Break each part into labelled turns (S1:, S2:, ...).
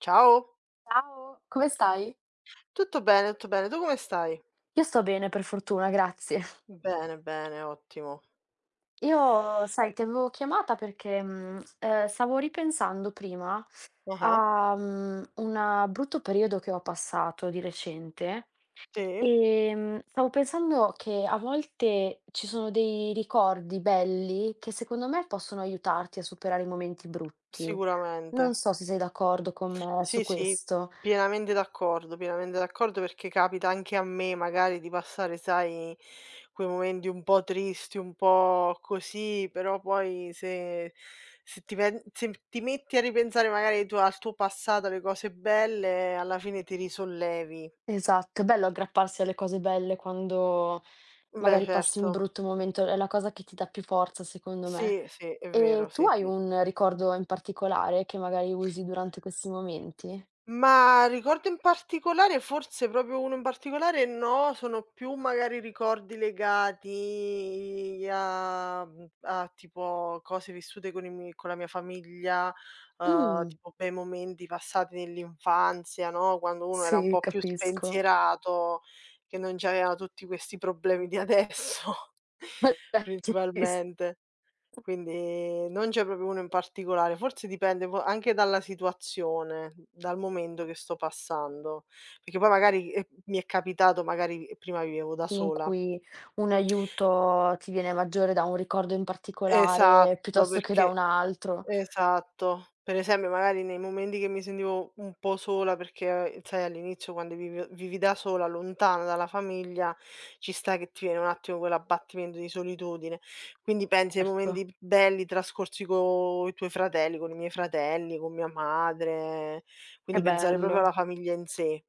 S1: Ciao.
S2: Ciao, come stai?
S1: Tutto bene, tutto bene. Tu come stai?
S2: Io sto bene per fortuna, grazie.
S1: Bene, bene, ottimo.
S2: Io, sai, ti avevo chiamata perché, stavo ripensando prima
S1: Ah-ah.
S2: a una brutto periodo che ho passato di recente,
S1: Sì,
S2: ehm, stavo pensando che a volte ci sono dei ricordi belli che secondo me possono aiutarti a superare i momenti brutti.
S1: sicuramente.
S2: Non so se sei d'accordo con me su
S1: Sì, sì,
S2: questo.
S1: pienamente d'accordo perché capita anche a me magari di passare, sai, quei momenti un po' tristi, un po' così, però poi se ti metti a ripensare magari ai tuo al tuo passato, alle cose belle, alla fine ti risollevi.
S2: Esatto, è bello aggrapparsi alle cose belle quando
S1: Beh,
S2: magari passi
S1: certo.
S2: un brutto momento, è la cosa che ti dà più forza secondo me.
S1: Sì, sì, è vero,
S2: E
S1: sì,
S2: tu hai
S1: sì.
S2: un ricordo in particolare che magari usi durante questi momenti?
S1: Ma ricordo in particolare forse proprio uno in particolare no, sono più magari ricordi legati a a tipo cose vissute con i miei con la mia famiglia,
S2: Mh,
S1: tipo bei momenti passati nell'infanzia, no, quando uno era un
S2: sì,
S1: po' più
S2: capisco.
S1: spensierato, che non c'aveva tutti questi problemi di adesso, principalmente. Quindi non c'è proprio uno in particolare, forse dipende po anche dalla situazione, dal momento che sto passando, perché poi magari, mi è capitato magari prima vivevo da
S2: in
S1: sola
S2: cui un aiuto ti viene maggiore da un ricordo in particolare
S1: esatto,
S2: piuttosto che da
S1: perché
S2: un altro.
S1: Esatto. Per esempio magari nei momenti che mi sentivo un po' sola perché, sai all'inizio quando vivi da sola, lontana dalla famiglia, ci sta che ti viene un attimo quell'abbattimento di solitudine. Quindi pensi ai
S2: Certo,
S1: momenti belli trascorsi coi tuoi fratelli, con i miei fratelli, con mia madre,
S2: che
S1: quindi pensare proprio
S2: bello.
S1: alla famiglia in sé.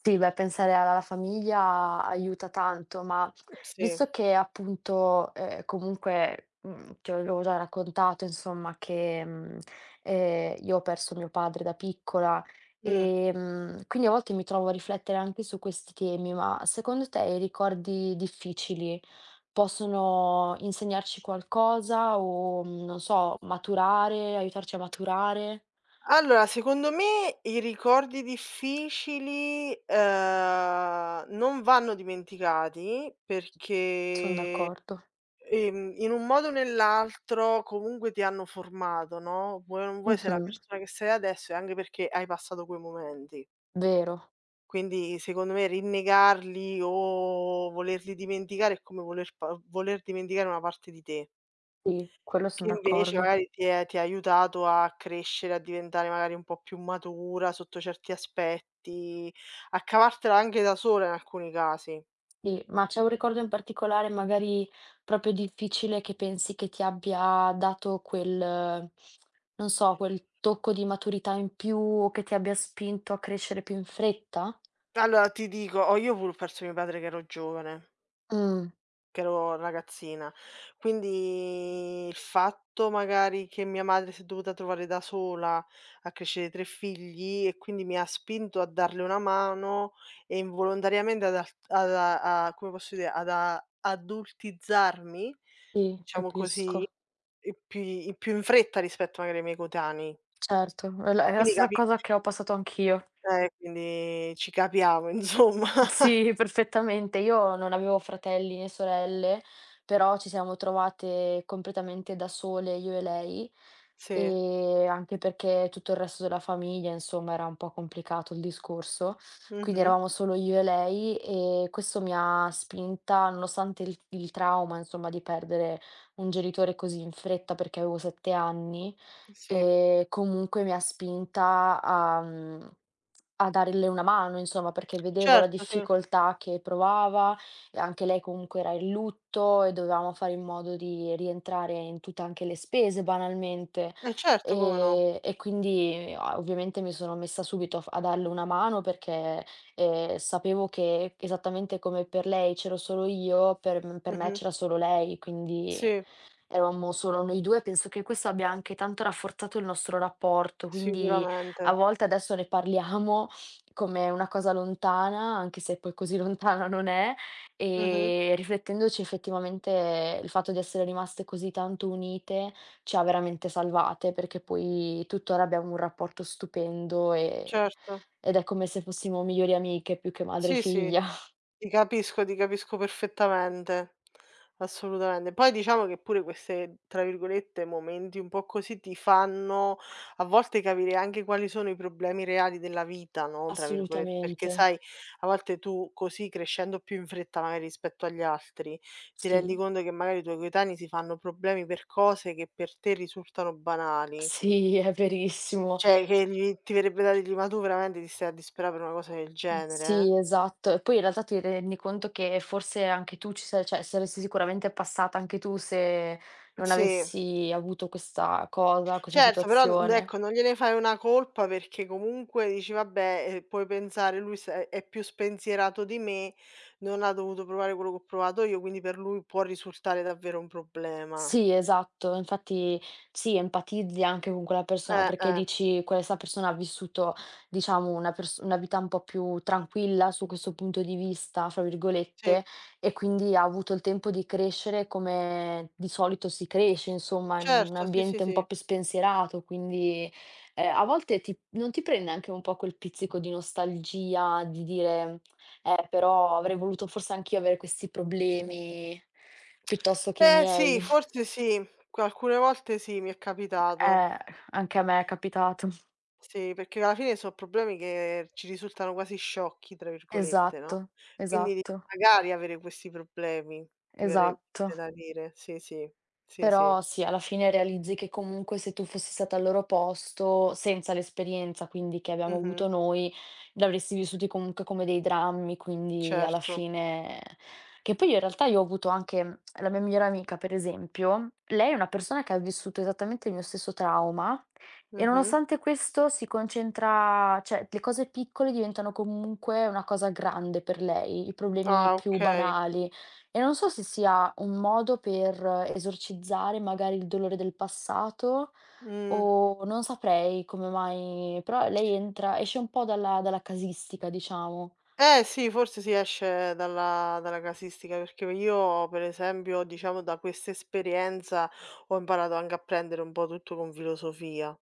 S2: Sì, beh, pensare alla famiglia aiuta tanto, ma
S1: Sì.
S2: visto che appunto, comunque, ti avevo già raccontato insomma che io ho perso mio padre da piccola,
S1: Mh.
S2: ehm, quindi a volte mi trovo a riflettere anche su questi temi, ma secondo te i ricordi difficili possono insegnarci qualcosa o non so, maturare, aiutarci a maturare?
S1: Allora, secondo me i ricordi difficili, non vanno dimenticati
S2: Son
S1: perché,
S2: d'accordo.
S1: in un modo o nell'altro comunque ti hanno formato, no, vuoi o non vuoi sei la
S2: Mh-mh,
S1: persona che sei adesso e anche perché hai passato quei momenti.
S2: vero.
S1: Quindi secondo me rinnegarli o volerli dimenticare è come voler dimenticare una parte di te.
S2: Sì, quello
S1: Che
S2: son
S1: invece
S2: d'accordo.
S1: magari ti ha aiutato a crescere, a diventare magari un po' più matura sotto certi aspetti, a cavartela anche da sola in alcuni casi.
S2: Sì, ma c'è un ricordo in particolare, magari proprio difficile, che pensi che ti abbia dato quel non so, quel tocco di maturità in più o che ti abbia spinto a crescere più in fretta?
S1: Allora ti dico, ho io pure ho perso mio padre che ero giovane.
S2: Mh,
S1: Che ero ragazzina. Quindi il fatto magari che mia madre si è dovuta trovare da sola a crescere 3 figli e quindi mi ha spinto a darle una mano e involontariamente ad alt ad a a come posso dire, ad a adultizzarmi,
S2: sì,
S1: diciamo così,
S2: capisco.
S1: e più in fretta rispetto magari ai miei coetanei.
S2: Certo, è la
S1: Quindi
S2: stessa
S1: capi
S2: cosa che ho passato anch'io.
S1: quindi ci capiamo insomma.
S2: Sì, perfettamente. Io non avevo fratelli né sorelle, però ci siamo trovate completamente da sole io e lei,
S1: Sì.
S2: e anche perché tutto il resto della famiglia, insomma, era un po' complicato il discorso, quindi
S1: Mh-mh.
S2: eravamo solo io e lei e questo mi ha spinta, nonostante il trauma, insomma, di perdere un genitore così in fretta perché avevo 7 anni
S1: Sì.
S2: e comunque mi ha spinta a darle una mano insomma, perché vedevo la
S1: Certo, sì.
S2: difficoltà che provava e anche lei comunque era in lutto e dovevamo fare in modo di rientrare in tutte anche le spese banalmente.
S1: Eh certo, come no.
S2: E quindi a ovviamente mi sono messa subito a darle una mano perché, sapevo che esattamente come per lei c'ero solo io, per me
S1: Mh-mh.
S2: c'era solo lei, quindi
S1: Sì,
S2: eravamo solo noi 2, penso che questo abbia anche tanto rafforzato il nostro rapporto, quindi a
S1: sicuramente.
S2: volte adesso ne parliamo come una cosa lontana, anche se poi così lontana non è,
S1: Mh-mh.
S2: e riflettendoci effettivamente il fatto di essere rimaste così tanto unite ci ha veramente salvate, perché poi tuttora abbiamo un rapporto stupendo e
S1: Certo.
S2: ed è come se fossimo migliori amiche più che madre e
S1: Sì, sì,
S2: figlia.
S1: ti capisco perfettamente. Assolutamente. Poi diciamo che pure queste, tra virgolette, "momenti un po' così" ti fanno a volte capire anche quali sono i problemi reali della vita, no, tra virgolett perché
S2: Assolutamente.
S1: sai, a volte tu così crescendo più in fretta magari rispetto agli altri, ti rendi
S2: Sì,
S1: conto che magari i tuoi coetanei si fanno problemi per cose che per te risultano banali.
S2: sì, è verissimo.
S1: Cioè che gli ti verrebbe da dirgli: "Ma tu veramente ti stai a disperà per una cosa del genere? Eh?"
S2: Sì, esatto. E poi in realtà ti rendi conto che forse anche tu ci sei cioè saresti sicuramente passata anche tu se non
S1: Sì,
S2: avessi avuto questa cosa, questa
S1: certo, però n
S2: situazione.
S1: ecco, non gliene fai una colpa perché comunque dici: "Vabbè, puoi pensare lui s è più spensierato di me, non ha dovuto provare quello che ho provato io, quindi per lui può risultare davvero un problema."
S2: Sì, esatto. Infatti sì, empatizzi anche con quella persona
S1: Eh,
S2: perché
S1: eh,
S2: dici: "Questa persona ha vissuto, diciamo, una vita un po' più tranquilla su questo punto di vista", fra
S1: sì.
S2: virgolette, e quindi ha avuto il tempo di crescere come di solito si cresce, insomma, in un
S1: Certo, sì, sì,
S2: ambiente un
S1: sì.
S2: po' più spensierato, quindi, a volte ti non ti prende anche un po' quel pizzico di nostalgia, di dire: però avrei voluto forse anch'io avere questi problemi piuttosto che i
S1: Eh
S2: miei".
S1: sì, forse sì, alcune volte sì, mi è capitato.
S2: Eh, anche a me è capitato.
S1: Sì, perché alla fine so' problemi che ci risultano quasi "sciocchi" tra virgolette, no,
S2: Esatto,
S1: quindi di
S2: esatto,
S1: magari avere questi problemi, ti verrebbe
S2: esatto.
S1: da dire. Sì, sì. Sì, sì.
S2: Però sì, alla fine realizzi che comunque se tu fossi stata al loro posto, senza l'esperienza quindi che abbiamo
S1: Mh-mh.
S2: avuto noi, li avresti vissuti comunque come dei drammi, quindi alla
S1: Certo.
S2: fine che poi in realtà io ho avuto anche la mia migliore amica, per esempio, lei è una persona che ha vissuto esattamente il mio stesso trauma e
S1: Mh-mh.
S2: nonostante questo si concentra cioè le cose piccole diventano comunque una cosa grande per lei, i problemi
S1: Ah,
S2: più
S1: okay.
S2: banali. E non so se sia un modo per esorcizzare magari il dolore del passato
S1: Mh.
S2: o non saprei come mai, però lei entra esce un po' dalla casistica diciamo.
S1: Eh sì, forse si esce dalla casistica, perché io per esempio, diciamo da questa esperienza, ho imparato anche a prendere un po' tutto con filosofia.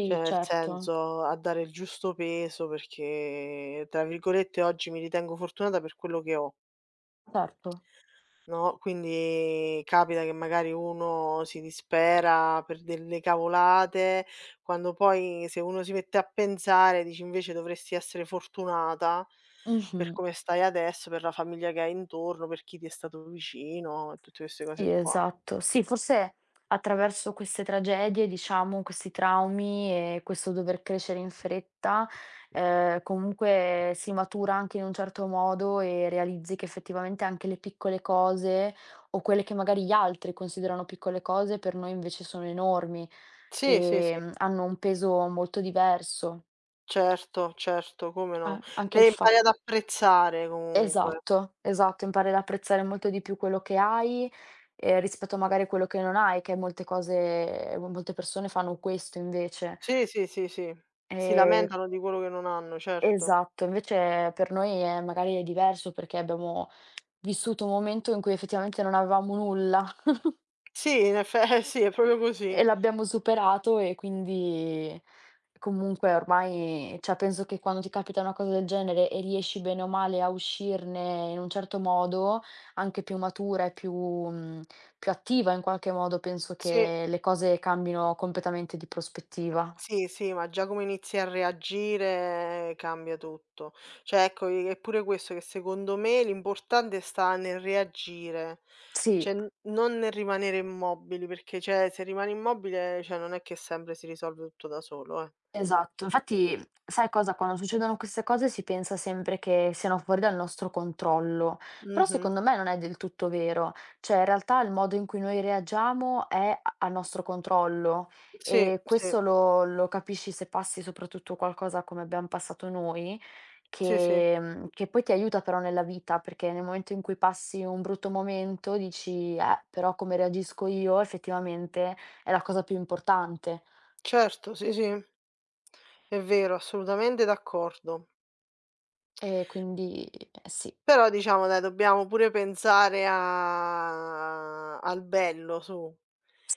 S1: Cioè, nel
S2: certo,
S1: senso, a dare il giusto peso perché, tra virgolette, "oggi mi ritengo fortunata per quello che ho",
S2: certo.
S1: no, quindi capita che magari uno si dispera per delle cavolate, quando poi se uno si mette a pensare dici: "Invece dovresti essere fortunata
S2: Mh-mh.
S1: per come stai adesso, per la famiglia che hai intorno, per chi ti è stato vicino", e tutte queste cose
S2: Sì,
S1: qua.
S2: esatto. Sì, forse attraverso queste tragedie, diciamo, questi traumi e questo dover crescere in fretta, comunque si matura anche in un certo modo e realizzi che effettivamente anche le piccole cose, o quelle che magari gli altri considerano piccole cose, per noi invece sono enormi,
S1: Sì, sì, sì,
S2: ehm, hanno un peso molto diverso.
S1: certo, certo, come no.
S2: A anche
S1: Le
S2: il
S1: impari
S2: fa.
S1: ad apprezzare comunque.
S2: Esatto, esatto, impari ad apprezzare molto di più quello che hai, rispetto magari a quello che non hai, che molte cose mo molte persone fanno questo invece.
S1: Sì, sì, sì, sì. Si
S2: Ehm,
S1: lamentano di quello che non hanno, certo.
S2: esatto, invece per noi è magari è diverso perché abbiamo vissuto un momento in cui effettivamente non avevamo nulla
S1: Sì, in effe eh sì, è proprio
S2: e
S1: così.
S2: l'abbiamo superato e quindi comunque ormai cioè penso che quando ti capita una cosa del genere e riesci bene o male a uscirne in un certo modo, anche più matura e più attiva in qualche modo, penso
S1: Sì,
S2: che le cose cambino completamente di prospettiva.
S1: sì, sì, ma già come inizi a reagire cambia tutto. Cioè ecco, i è pure questo che secondo me l'importante sta nel reagire, cioè
S2: Sì.
S1: n non nel rimanere immobili, perché cioè se rimani immobile, cioè non è che sempre si risolve tutto da solo, eh.
S2: Esatto, infatti sai cosa? Quando succedono queste cose si pensa sempre che siano fuori dal nostro controllo, però
S1: Mh-mh.
S2: secondo me non è del tutto vero, cioè in realtà il modo in cui noi reagiamo è a nostro controllo
S1: Sì,
S2: e
S1: sì,
S2: questo lo capisci se passi soprattutto qualcosa come abbiamo passato noi,
S1: sì, sì.
S2: che poi ti aiuta però nella vita, perché nel momento in cui passi un brutto momento dici, però come reagisco io effettivamente è la cosa più importante.
S1: Certo, sì, sì. È vero, assolutamente d'accordo.
S2: E quindi sì.
S1: Però diciamo dai, dobbiamo pure pensare a al bello su.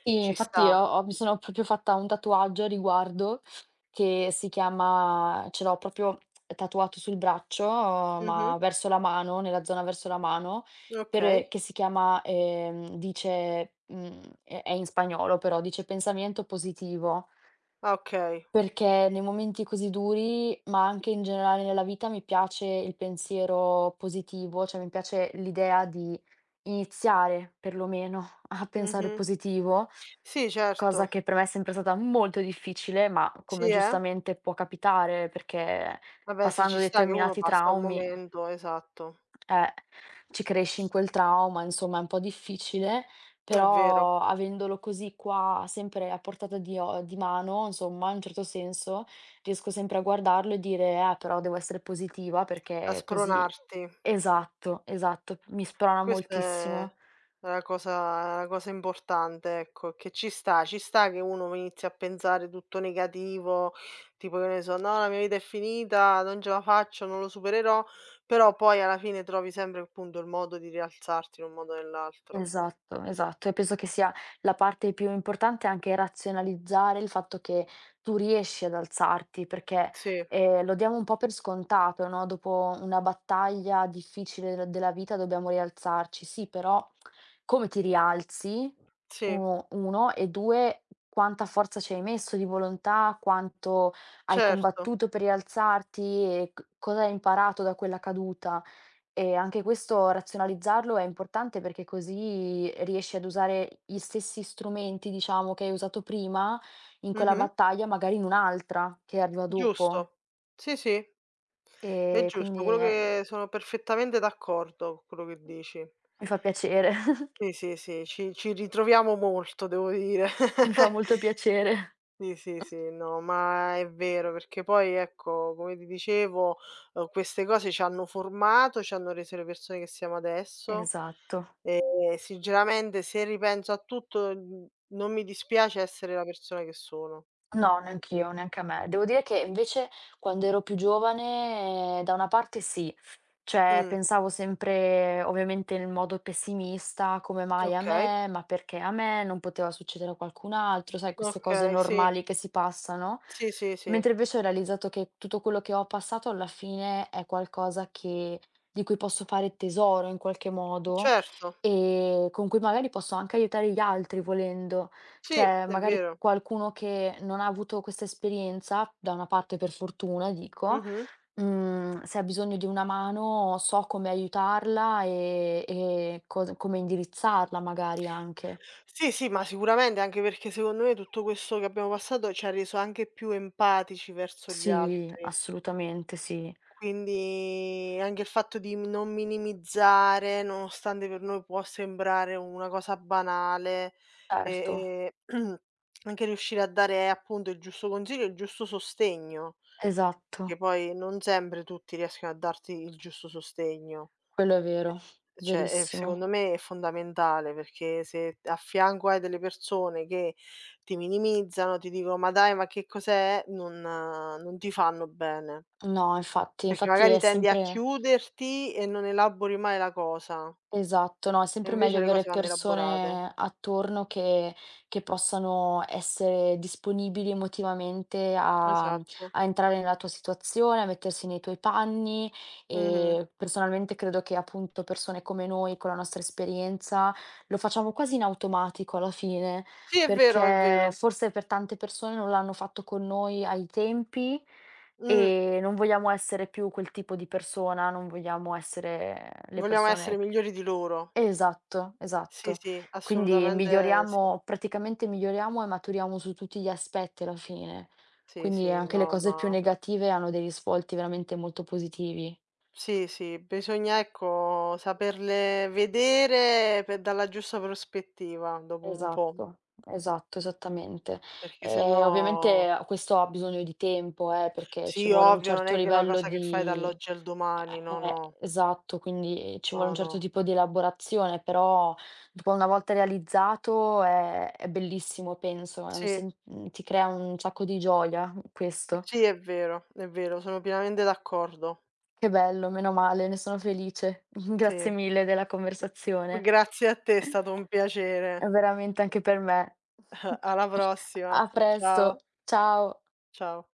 S2: Sì,
S1: Ci
S2: infatti
S1: sta.
S2: ho ho mi sono proprio fatta un tatuaggio a riguardo che si chiama ce l'ho proprio tatuato sul braccio,
S1: Mh-mh.
S2: ma verso la mano, nella zona verso la mano, per
S1: Okay.
S2: che si chiama, dice, è in spagnolo però, dice: "Pensamiento positivo".
S1: Ah, okay.
S2: Perché nei momenti così duri, ma anche in generale nella vita, mi piace il pensiero positivo, cioè mi piace l'idea di iniziare perlomeno a pensare
S1: Mh-mh.
S2: positivo,
S1: Sì,
S2: cosa
S1: certo.
S2: che per me è sempre stata molto difficile, ma come
S1: Sì, eh.
S2: giustamente può capitare, perché
S1: Vabbè sì,
S2: passando
S1: ci sta che uno
S2: determinati
S1: passa un
S2: traumi,
S1: momento esatto.
S2: eh, ci cresci in quel trauma, insomma è un po' difficile,
S1: È vero,
S2: però avendolo così qua sempre a portata di o di mano, insomma, in un certo senso, riesco sempre a guardarlo e dire: però devo essere positiva
S1: a
S2: perché così"
S1: spronarti.
S2: esatto, esatto, mi sprona
S1: Questa è
S2: moltissimo.
S1: la cosa importante, ecco, che ci sta che uno inizi a pensare tutto negativo, tipo che ne so: "No, la mia vita è finita, non ce la faccio, non lo supererò", però poi alla fine trovi sempre appunto il modo di rialzarti in un modo o nell'altro.
S2: Esatto, esatto. E penso che sia la parte più importante anche razionalizzare il fatto che tu riesci ad alzarti, perché,
S1: Sì,
S2: ehm, lo diamo un po' per scontato, no, dopo una battaglia difficile de della vita dobbiamo rialzarci. Sì, però come ti rialzi?
S1: sì,
S2: Uno e 2, quanta forza ci hai messo di volontà, quanto hai
S1: certo.
S2: combattuto per rialzarti e c cosa hai imparato da quella caduta. E anche questo razionalizzarlo è importante perché così riesci ad usare gli stessi strumenti, diciamo, che hai usato prima in quella
S1: Mh-mh.
S2: battaglia, magari in un'altra che arriva dopo.
S1: Giusto. Sì, sì, è
S2: E quindi
S1: giusto, quello
S2: è
S1: che sono perfettamente d'accordo con quello che dici.
S2: mi fa piacere,
S1: Sì, sì, sì, ci ritroviamo molto, devo dire.
S2: mi fa molto piacere.
S1: Sì, sì, sì, no, ma è vero, perché poi ecco, come ti dicevo, queste cose ci hanno formato, ci hanno reso le persone che siamo adesso
S2: Esatto.
S1: e sinceramente se ripenso a tutto, non mi dispiace essere la persona che sono.
S2: No, neanch'io, neanche a me. Devo dire che invece quando ero più giovane, da una parte sì, cioè
S1: Mh,
S2: pensavo sempre ovviamente nel modo pessimista: "Come mai a
S1: okay,
S2: me? Ma perché a me? Non poteva succedere a qualcun altro", sai queste cose
S1: okay, sì.
S2: normali che si passano.
S1: Sì, sì, sì.
S2: Mentre invece ho realizzato che tutto quello che ho passato alla fine è qualcosa che di cui posso fare tesoro in qualche modo
S1: Certo.
S2: e con cui magari posso anche aiutare gli altri volendo.
S1: Sì,
S2: Cioè,
S1: è
S2: magari
S1: vero.
S2: qualcuno che non ha avuto questa esperienza, da una parte per fortuna dico,
S1: Mh-mh.
S2: mhmm, se ha bisogno di una mano so come aiutarla, e cos come indirizzarla magari anche.
S1: Sì, sì, ma sicuramente, anche perché secondo me tutto questo che abbiamo passato ci ha reso anche più empatici verso gli
S2: Sì,
S1: altri.
S2: assolutamente sì.
S1: Quindi anche il fatto di mi non minimizzare, nonostante per noi può sembrare una cosa banale,
S2: Certo,
S1: e anche riuscire a dare appunto il giusto consiglio e il giusto sostegno, perché
S2: esatto,
S1: poi non sempre tutti riescono a darti il giusto sostegno.
S2: quello è vero,
S1: E cioè,
S2: verissimo.
S1: secondo me è fondamentale, perché se a fianco hai delle persone che ti minimizzano, ti dicono: "Ma dai, ma che cos'è?" Non non ti fanno bene.
S2: No, infatti,
S1: Perché
S2: infatti
S1: magari
S2: è
S1: tendi a
S2: sempre.
S1: chiuderti e non elabori mai la cosa,
S2: Esatto, no, è
S1: e
S2: sempre meglio
S1: invece le
S2: avere
S1: cose vanno elaborate.
S2: persone attorno che possano essere disponibili emotivamente a
S1: Esatto.
S2: a entrare nella tua situazione, a mettersi nei tuoi panni
S1: Mh-mh.
S2: e personalmente credo che appunto persone come noi, con la nostra esperienza, lo facciamo quasi in automatico alla fine,
S1: Sì, è vero, è
S2: perché
S1: vero.
S2: forse per tante persone non l'hanno fatto con noi ai tempi
S1: Mh,
S2: e non vogliamo essere più quel tipo di persona, non vogliamo essere le
S1: vogliamo essere
S2: persone.
S1: migliori di loro.
S2: Esatto,
S1: Sì,
S2: esatto.
S1: sì,
S2: Quindi
S1: assolutamente sì.
S2: miglioriamo praticamente miglioriamo e maturiamo su tutti gli aspetti alla fine.
S1: Sì,
S2: Quindi
S1: sì,
S2: anche le
S1: no,
S2: cose
S1: ma
S2: più negative hanno dei risvolti veramente molto positivi.
S1: sì, sì, bisogna ecco saperle vedere pe dalla giusta prospettiva dopo un po',
S2: Esatto, esatto, esattamente.
S1: perché
S2: Ehm,
S1: sennò
S2: ovviamente a questo ha bisogno di tempo, perché ci
S1: sì,
S2: vuole un
S1: ovvio, non
S2: certo
S1: è che è una
S2: livello
S1: cosa che fai
S2: di
S1: dall'oggi al domani, no,
S2: eh,
S1: no,
S2: esatto, quindi ci vuole
S1: no,
S2: un certo
S1: no.
S2: tipo di elaborazione, però dopo una volta realizzato è bellissimo penso, è un
S1: Sì.
S2: sen mhmm, ti crea un sacco di gioia questo.
S1: Sì, è vero, sono pienamente d'accordo.
S2: Che bello, meno male, ne sono felice.
S1: Sì.
S2: Grazie mille della conversazione.
S1: Grazie a te, è stato un piacere.
S2: Veramente anche per me.
S1: Alla prossima.
S2: A
S1: Ciao,
S2: presto, ciao.
S1: ciao.